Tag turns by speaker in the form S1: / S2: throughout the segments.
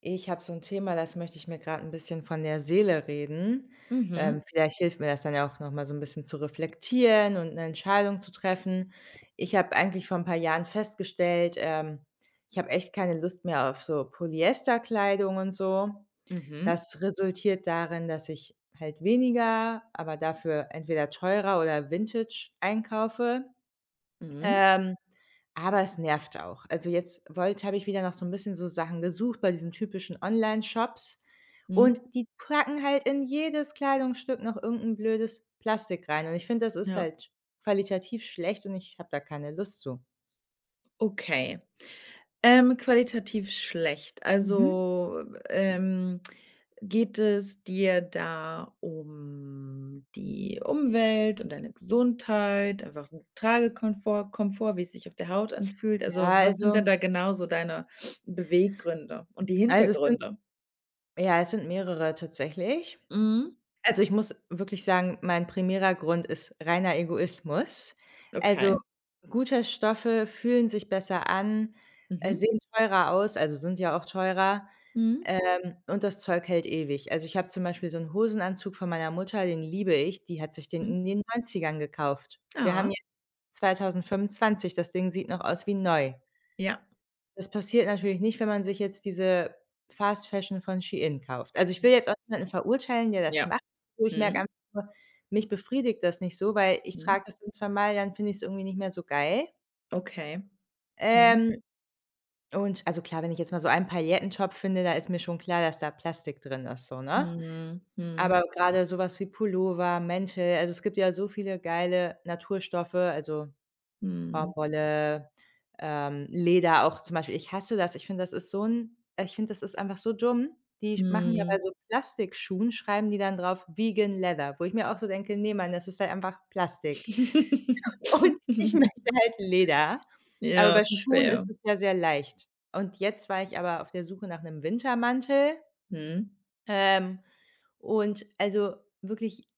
S1: Ich habe so 'n Thema, das möchte ich mir grad 'n bisschen von der Seele reden.
S2: Mhm,
S1: Vielleicht hilft mir das dann ja auch noch mal so 'n bisschen zu reflektieren und 'ne Entscheidung zu treffen. Ich habe eigentlich vor 'n paar Jahren festgestellt, ich habe echt keine Lust mehr auf so Polyesterkleidung und so.
S2: mhm,
S1: Das resultiert darin, dass ich halt weniger, aber dafür entweder teurer oder Vintage einkaufe.
S2: mhm,
S1: Ähm aber es nervt auch. Also, jetzt wollte habe ich wieder noch so 'n bisschen so Sachen gesucht bei diesen typischen Onlineshops,
S2: mhm,
S1: und die packen halt in jedes Kleidungsstück noch irgend 'n blödes Plastik rein, und ich finde, das ist
S2: ja,
S1: halt qualitativ schlecht und ich habe da keine Lust zu.
S2: okay. Qualitativ schlecht.
S1: Mhm.
S2: Also, ähm, geht es dir da um die Umwelt und deine Gesundheit, einfach 'n Tragekomfort Komfort, wie es sich auf der Haut anfühlt? Also,
S1: Ja,
S2: was sind denn
S1: also
S2: da genau so deine Beweggründe und die
S1: also, es sind
S2: Hintergründe?
S1: mehrere tatsächlich.
S2: Mhm,
S1: Also, ich muss wirklich sagen, mein primärer Grund ist reiner Egoismus. Also,
S2: okay.
S1: gute Stoffe fühlen sich besser an,
S2: Mhm,
S1: sehen teurer aus, also, sind ja auch teurer,
S2: mhm,
S1: und das Zeug hält ewig. Also, ich habe zum Beispiel so einen Hosenanzug von meiner Mutter, den liebe ich, die hat sich den
S2: mhm.
S1: in den Neunzigern gekauft. Wir haben
S2: Ah,
S1: jetzt 2025, das Ding sieht noch aus wie neu.
S2: ja,
S1: Das passiert natürlich nicht, wenn man sich jetzt diese Fast Fashion von Shein kauft. Also, ich will jetzt auch niemanden verurteilen, der das
S2: ja.
S1: macht. Nur ich merke
S2: Mhm,
S1: einfach nur, mich befriedigt das nicht so, weil ich
S2: mhm,
S1: trage das dann zweimal, dann finde ich's irgendwie nicht mehr so geil.
S2: okay. Mhm.
S1: Ähm, und also klar, wenn ich jetzt mal so einen Paillettentop finde, da ist mir schon klar, dass da Plastik drin ist so, ne?
S2: Mhm, mhm,
S1: Aber grade so was wie Pullover, Mäntel, also, es gibt ja so viele geile Naturstoffe, also
S2: mhm,
S1: Baumwolle, Leder auch zum Beispiel. Ich hasse das. Ich finde, das ist einfach so dumm. Die machen ja bei
S2: mhm.
S1: so Plastikschuhen schreiben die dann drauf „Vegan Leather“, wo ich mir auch so denke: „Ne, Mann, das ist halt einfach Plastik.“ Und ich möchte halt Leder, aber
S2: Ja,
S1: bei Schuhen ist
S2: verstehe.
S1: es ja sehr leicht. Und jetzt war ich aber auf der Suche nach 'nem Wintermantel,
S2: Mhm,
S1: ähm, und also wirklich,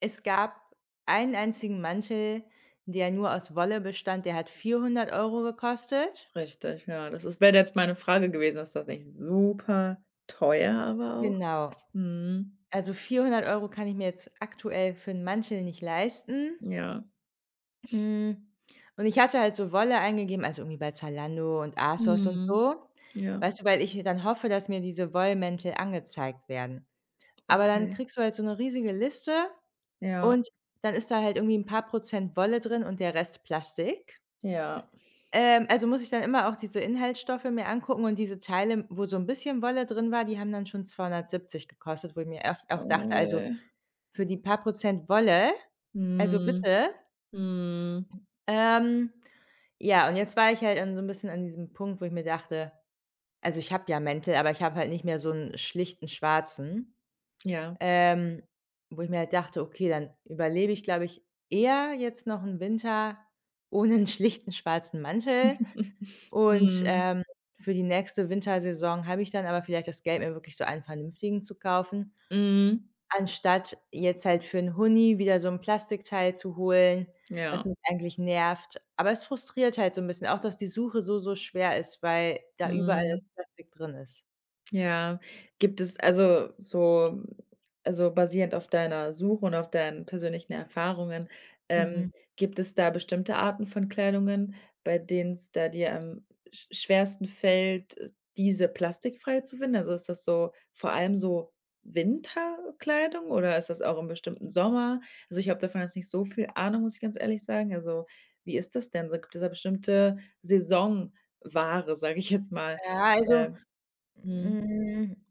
S1: es gab einen einzigen Mantel, der nur aus Wolle bestand, der hat 400 Euro gekostet.
S2: richtig, ja. Das ist wäre jetzt meine Frage gewesen, ist das nicht super teuer aber auch?
S1: Genau.
S2: Mhm,
S1: Also 400 Euro kann ich mir jetzt aktuell für 'n Mantel nicht leisten.
S2: ja.
S1: Hm, und ich hatte halt so Wolle eingegeben, also irgendwie bei Zalando und ASOS und
S2: Mhm.
S1: so,
S2: Ja,
S1: weißt du, weil ich dann hoffe, dass mir diese Wollmäntel angezeigt werden. Aber dann
S2: okay.
S1: kriegst du halt so 'ne riesige Liste.
S2: Ja,
S1: Und dann ist da halt irgendwie 'n paar Prozent Wolle drin und der Rest Plastik.
S2: ja.
S1: Also, muss ich dann immer auch diese Inhaltsstoffe mir angucken, und diese Teile, wo so 'n bisschen Wolle drin war, die haben dann schon 270 gekostet, wo ich mir auch dachte:
S2: Oh,
S1: „Also,
S2: ey.
S1: für die paar Prozent Wolle, also
S2: Mhm,
S1: bitte?“
S2: mhm,
S1: Ähm, ja, und jetzt war ich halt an so 'n bisschen an diesem Punkt, wo ich mir dachte: „Also, ich habe ja Mäntel, aber ich habe halt nicht mehr so 'n schlichten schwarzen.“
S2: ja.
S1: Ähm, Wo ich mir halt dachte: „Okay, dann überlebe ich, glaube ich, eher jetzt noch 'n Winter ohne 'n schlichten schwarzen Mantel.“ Und,
S2: Mhm,
S1: für die nächste Wintersaison habe ich dann aber vielleicht das Geld, mir wirklich so einen vernünftigen zu kaufen,
S2: mhm,
S1: anstatt jetzt halt für 'n Huni wieder so 'n Plastikteil zu holen, was
S2: ja,
S1: mich eigentlich nervt. Aber es frustriert halt so 'n bisschen auch, dass die Suche so, so schwer ist, weil da überall
S2: mhm.
S1: das Plastik drin ist.
S2: Ja. Gibt es also so also basierend auf deiner Suche und auf deinen persönlichen Erfahrungen, ähm,
S1: Mhm.
S2: gibt es da bestimmte Arten von Kleidungen, bei denen es da dir am schwersten fällt, diese plastikfrei zu finden? Also, ist das so vor allem so Winterkleidung oder ist das auch im bestimmten Sommer? Also, ich habe davon jetzt nicht so viel Ahnung, muss ich ganz ehrlich sagen. Also, wie ist das denn so? Gibt es da bestimmte Saisonware, sage ich jetzt mal?
S1: Ja, also,
S2: Ähm, mhm.
S1: hm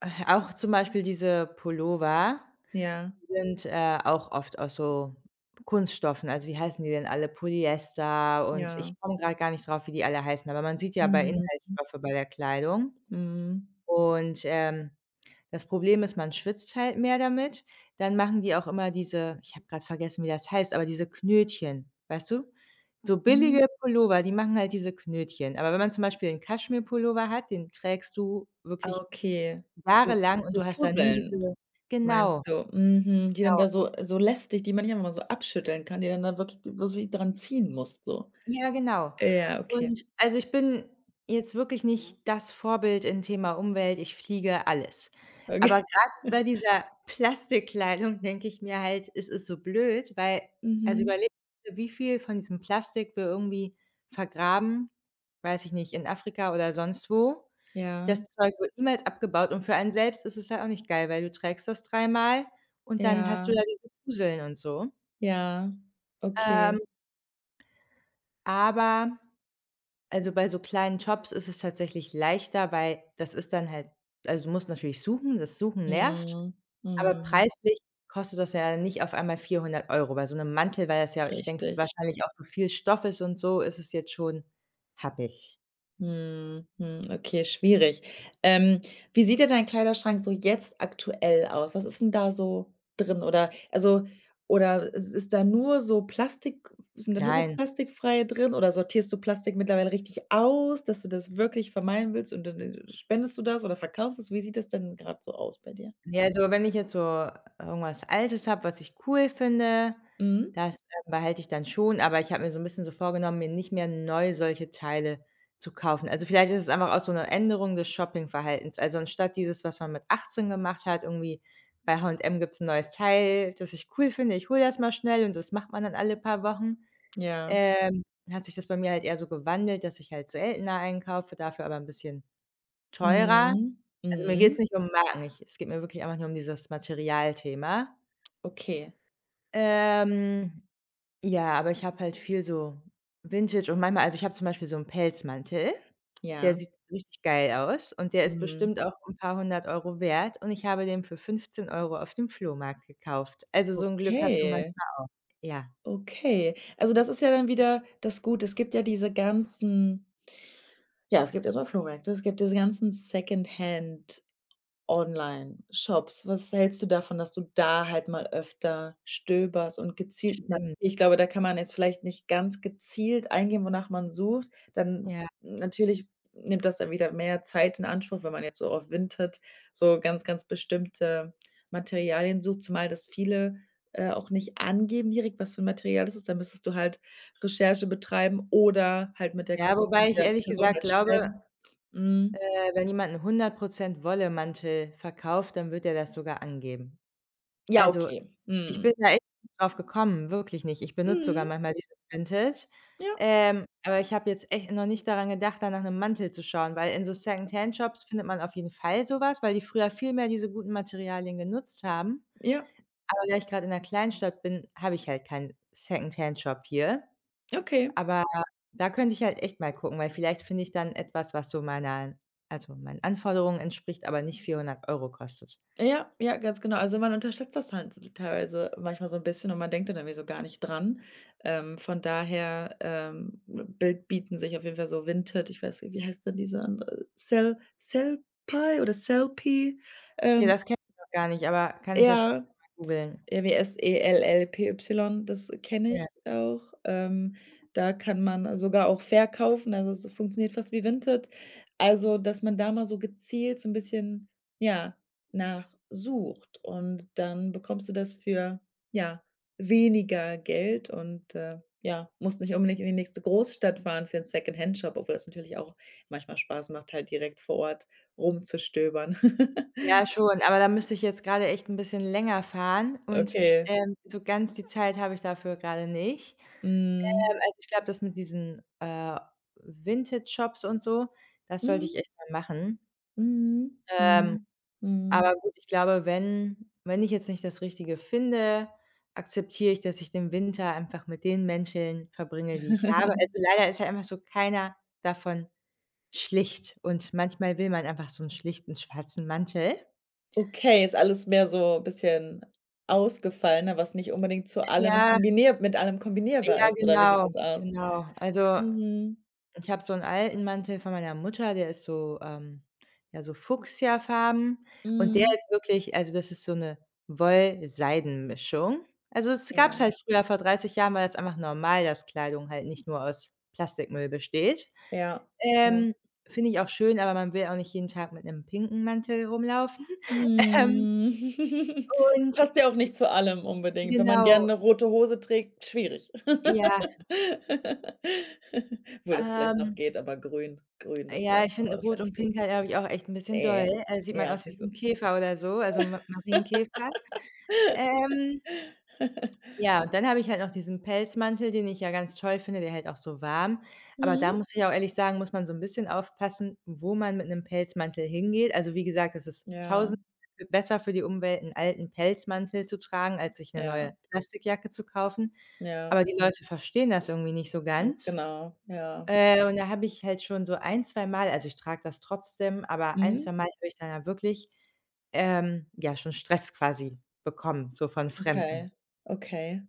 S1: Auch zum Beispiel diese Pullover
S2: Ja,
S1: sind, auch oft aus so Kunststoffen. Also, wie heißen die denn alle? Polyester, und
S2: ja.
S1: ich komme gerade gar nicht drauf, wie die alle heißen, aber man sieht ja bei
S2: Mhm,
S1: Inhaltsstoffe bei der Kleidung,
S2: mhm.
S1: und, das Problem ist, man schwitzt halt mehr damit. Dann machen die auch immer diese ich habe gerade vergessen, wie das heißt, aber diese Knötchen, weißt du? So
S2: Mhm,
S1: billige Pullover, die machen halt diese Knötchen. Aber wenn man zum Beispiel 'n Kaschmirpullover hat, den trägst du
S2: ah,
S1: wirklich
S2: okay. So
S1: jahrelang und
S2: so
S1: du hast da nie
S2: Fusseln
S1: diese.
S2: meinst
S1: Genau,
S2: du? Mhm, die dann
S1: genau.
S2: da so lästig, die man nicht einfach mal so abschütteln kann, die dann da wirklich wo so wie dran ziehen musst so.
S1: Ja, genau.
S2: Ja, okay,
S1: Und also, ich bin jetzt wirklich nicht das Vorbild in Thema Umwelt, ich fliege alles. Aber
S2: okay.
S1: grad bei dieser Plastikkleidung denke ich mir halt, es ist so blöd, weil also,
S2: Mhm.
S1: überleg dir, wie viel von diesem Plastik wir irgendwie vergraben, weiß ich nicht, in Afrika oder sonst wo. Das
S2: Ja,
S1: Zeug wird niemals abgebaut und für einen selbst ist es ja auch nicht geil, weil du trägst das dreimal und dann hast du
S2: ja,
S1: da diese Fuseln und so.
S2: ja.
S1: Ähm,
S2: Okay.
S1: aber also, bei so kleinen Jobs ist es tatsächlich leichter, weil das ist dann halt also, du musst natürlich suchen, das Suchen nervt,
S2: Mhm,
S1: aber
S2: mhm.
S1: preislich kostet das ja nicht auf einmal 400 Euro. Bei so 'nem Mantel, weil das ja ich denke,
S2: Richtig.
S1: wahrscheinlich auch so viel Stoff ist und so, ist es jetzt schon happig.
S2: Mhm, mhm, okay, schwierig. Ähm, wie sieht denn dein Kleiderschrank so jetzt aktuell aus? Was ist denn da so drin? Oder is ist da nur so Plastik, sind da nur so
S1: Nein.
S2: plastikfreie drin oder sortierst du Plastik mittlerweile richtig aus, dass du das wirklich vermeiden willst und dann, spendest du das oder verkaufst es? Wie sieht das denn gerade so aus bei dir?
S1: Ja, also, wenn ich jetzt so irgendwas Altes habe, was ich cool finde,
S2: Mhm.
S1: das, behalte ich dann schon, aber ich habe mir so 'n bisschen so vorgenommen, mir nicht mehr neu solche Teile zu kaufen. Also, vielleicht ist es einfach auch so 'ne Änderung des Shoppingverhaltens. Also, anstatt dieses, was man mit 18 gemacht hat, irgendwie bei H&M gibt's 'n neues Teil, das ich cool finde, ich hole das mal schnell, und das macht man dann alle paar Wochen,
S2: Ja.
S1: ähm, hat sich das bei mir halt eher so gewandelt, dass ich halt seltener einkaufe, dafür aber 'n bisschen teurer.
S2: Mhm.
S1: Also, mir geht's
S2: Mhm.
S1: nicht um Marken. Ich Es geht mir wirklich einfach nur um dieses Materialthema.
S2: Okay.
S1: Ähm, ja, aber ich habe halt viel so Vintage, und manchmal also, ich habe zum Beispiel so 'n Pelzmantel, der
S2: Ja.
S1: sieht richtig geil aus und der ist
S2: Mhm.
S1: bestimmt auch 'n paar hundert Euro wert, und ich habe den für 15 Euro auf dem Flohmarkt gekauft. Also, so 'n Glück hast du
S2: Okay.
S1: manchmal auch. Ja,
S2: Okay. Also, das ist ja dann wieder das Gute. Es gibt erst mal Flohmärkte, es gibt diese ganzen Secondhand Online-Shops. Was hältst du davon, dass du da halt mal öfter stöberst und gezielt mal,
S1: stimmt.
S2: ich glaube, da kann man jetzt vielleicht nicht ganz gezielt eingeben, wonach man sucht. Dann
S1: Ja.
S2: natürlich nimmt das dann wieder mehr Zeit in Anspruch, wenn man jetzt so auf Vinted so ganz, ganz bestimmte Materialien sucht, zumal das viele, auch nicht angeben direkt, was für 'n Material das ist. Da müsstest du halt Recherche betreiben oder halt mit der Ko
S1: Ja, wobei
S2: mit
S1: ich
S2: der
S1: ehrlich
S2: Person
S1: gesagt
S2: halt
S1: glaube,
S2: schreiben.
S1: äh,
S2: Mhm.
S1: wenn jemand 'n 100 Wolle-Mantel verkauft, dann wird er das sogar angeben.
S2: Ja,
S1: Also,
S2: okay.
S1: ich bin
S2: Mhm.
S1: da echt nicht drauf gekommen, wirklich nicht. Ich benutze
S2: Mhm.
S1: sogar manchmal dieses Vintage,
S2: Ja,
S1: aber ich habe jetzt echt noch nicht daran gedacht, da nach 'nem Mantel zu schauen, weil in so Secondhand-Shops findet man auf jeden Fall so was, weil die früher viel mehr diese guten Materialien genutzt haben.
S2: ja,
S1: Aber da ich grad in 'ner Kleinstadt bin, habe ich halt keinen Secondhand-Shop hier.
S2: okay.
S1: Aber da könnte ich halt echt mal gucken, weil vielleicht finde ich dann etwas, was so meiner also meinen Anforderungen entspricht, aber nicht 400 Euro kostet.
S2: Ja, ja, ganz genau. Also, man unterschätzt das halt teilweise manchmal so ein bisschen und man denkt dann irgendwie so gar nicht dran. Von daher, bi bieten sich auf jeden Fall so Vinted, ich weiß nicht, wie heißt denn diese andere? Sellpy oder Sellpy?
S1: Okay,
S2: Ähm,
S1: das kenne ich noch gar nicht, aber kann ich ja später
S2: ja.
S1: mal googeln.
S2: Ja, wie Sellpy, das kenne ich
S1: Ja.
S2: auch. Da kann man sogar auch verkaufen, also es funktioniert fast wie Vinted. Also, dass man da mal so gezielt so 'n bisschen, ja, nachsucht und dann bekommst du das für, ja, weniger Geld und, ja, musst nicht unbedingt in die nächste Großstadt fahren für 'n Secondhand-Shop, obwohl das natürlich auch manchmal Spaß macht, halt direkt vor Ort rumzustöbern.
S1: Ja, schon, aber da müsste ich jetzt grade echt 'n bisschen länger fahren und,
S2: Okay.
S1: so ganz die Zeit habe ich dafür grade nicht.
S2: Mhm.
S1: Also, ich glaube, das mit diesen, Vintage-Shops und so, das sollte ich
S2: Mhm.
S1: echt mal machen.
S2: Mhm,
S1: Ähm,
S2: mhm, mhm.
S1: aber gut, ich glaube, wenn ich jetzt nicht das Richtige finde, akzeptiere ich, dass ich den Winter einfach mit den Menschen verbringe, die ich habe. Also, leider ist halt einfach so keiner davon schlicht, und manchmal will man einfach so 'n schlichten schwarzen Mantel.
S2: Okay, ist alles mehr so ein bisschen ausgefallener, was nicht unbedingt zu allem
S1: Ja.
S2: kombinier mit allem kombinierbar
S1: Ja,
S2: ist, oder wie sieht
S1: genau,
S2: das aus?
S1: genau. Also,
S2: Mhm,
S1: ich habe so 'n alten Mantel von meiner Mutter, der ist so, ja, so fuchsiafarben, und der
S2: mhm.
S1: ist wirklich also, das ist so 'ne Woll-Seiden-Mischung. Also, das gab's
S2: Ja,
S1: halt früher, vor 30 Jahren war das einfach normal, dass Kleidung halt nicht nur aus Plastikmüll besteht.
S2: ja, ja.
S1: Ähm, Finde ich auch schön, aber man will auch nicht jeden Tag mit 'nem pinken Mantel rumlaufen. Ähm,
S2: Mhm.
S1: und
S2: Passt ja auch nicht zu allem unbedingt. Wenn man gerne
S1: genau,
S2: 'ne rote Hose trägt, schwierig.
S1: ja,
S2: Obwohl das vielleicht noch
S1: ähm
S2: geht, aber grün, das
S1: Ja,
S2: wäre
S1: ich
S2: oh,
S1: finde
S2: das
S1: Rot
S2: wäre
S1: und
S2: nicht gut.
S1: Pink halt, glaube ich, auch echt 'n bisschen
S2: Ne,
S1: doll. Sieht
S2: ne,
S1: man
S2: auch
S1: aus wie
S2: nicht
S1: so
S2: so.
S1: 'n Käfer oder so, also Ma Marienkäfer. Ähm, ja, und dann habe ich halt noch diesen Pelzmantel, den ich ja ganz toll finde, der hält auch so warm. Aber da
S2: Mhm.
S1: muss ich auch ehrlich sagen, muss man so 'n bisschen aufpassen, wo man mit 'nem Pelzmantel hingeht. Also, wie gesagt, es ist
S2: Ja,
S1: tausend besser für die Umwelt, 'n alten Pelzmantel zu tragen, als sich 'ne
S2: ja,
S1: neue Plastikjacke zu kaufen.
S2: ja,
S1: Aber die Leute verstehen das irgendwie nicht so
S2: ganz
S1: ganz.
S2: genau, ja.
S1: Und da habe ich halt schon so ein zweimal also, ich trage das trotzdem, aber ein
S2: Mhm.
S1: zweimal habe ich dann ja wirklich, ja, schon Stress quasi bekommen, so von Fremden.
S2: Okay, okay,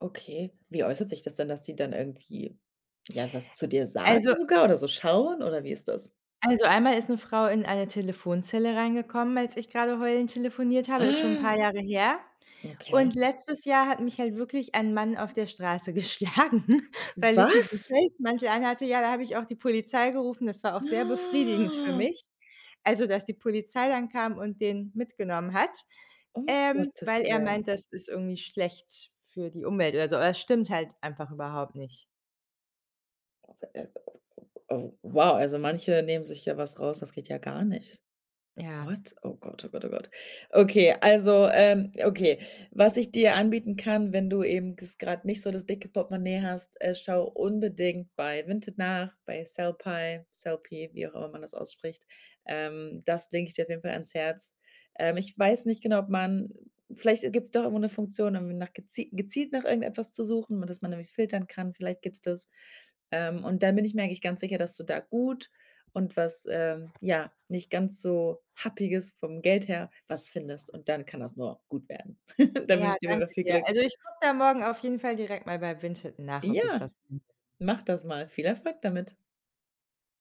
S2: okay. Wie äußert sich das denn, dass die dann irgendwie, ja, was zu dir sagen
S1: Also
S2: sogar oder so schauen oder wie ist das?
S1: also, einmal ist 'ne Frau in eine Telefonzelle reingekommen, als ich grade heulend telefoniert habe, ist schon 'n
S2: Ah,
S1: paar Jahre her.
S2: okay.
S1: Und letztes Jahr hat mich halt wirklich ein Mann auf der Straße geschlagen, weil ich diesen
S2: Was?
S1: Pelzmantel anhatte. Ja, da habe ich auch die Polizei gerufen. Das war auch sehr befriedigend für
S2: Ah,
S1: mich. Also, dass die Polizei dann kam und den mitgenommen hat.
S2: um
S1: Weil
S2: Gottes
S1: er meint,
S2: Willen.
S1: das ist irgendwie schlecht für die Umwelt oder so, aber das stimmt halt einfach überhaupt nicht.
S2: Äh, oh, wow, also manche nehmen sich ja was raus, das geht ja gar nicht.
S1: Ja.
S2: What? Oh Gott, oh Gott, oh Gott. Okay, also, okay. Was ich dir anbieten kann, wenn du eben gerade nicht so das dicke Portemonnaie hast, schau unbedingt bei Vinted nach, bei Sellpy, Sellpy, wie auch immer man das ausspricht. Das lege ich dir auf jeden Fall ans Herz. Ich weiß nicht genau, ob man vielleicht gibt es doch irgendwo eine Funktion, um nach gezielt nach irgendetwas zu suchen, dass man nämlich filtern kann, vielleicht gibt es das. Und dann bin ich mir eigentlich ganz sicher, dass du da gut und was, ja, nicht ganz so Happiges vom Geld her was findest und dann kann das nur gut werden. Dann wünsche
S1: Ja,
S2: ich dir auf jeden Fall
S1: danke
S2: viel
S1: dir.
S2: Glück.
S1: Also, ich gucke da morgen auf jeden Fall direkt mal bei Vinted nach, ob ich
S2: Ja,
S1: was
S2: mach das mal. Viel Erfolg damit.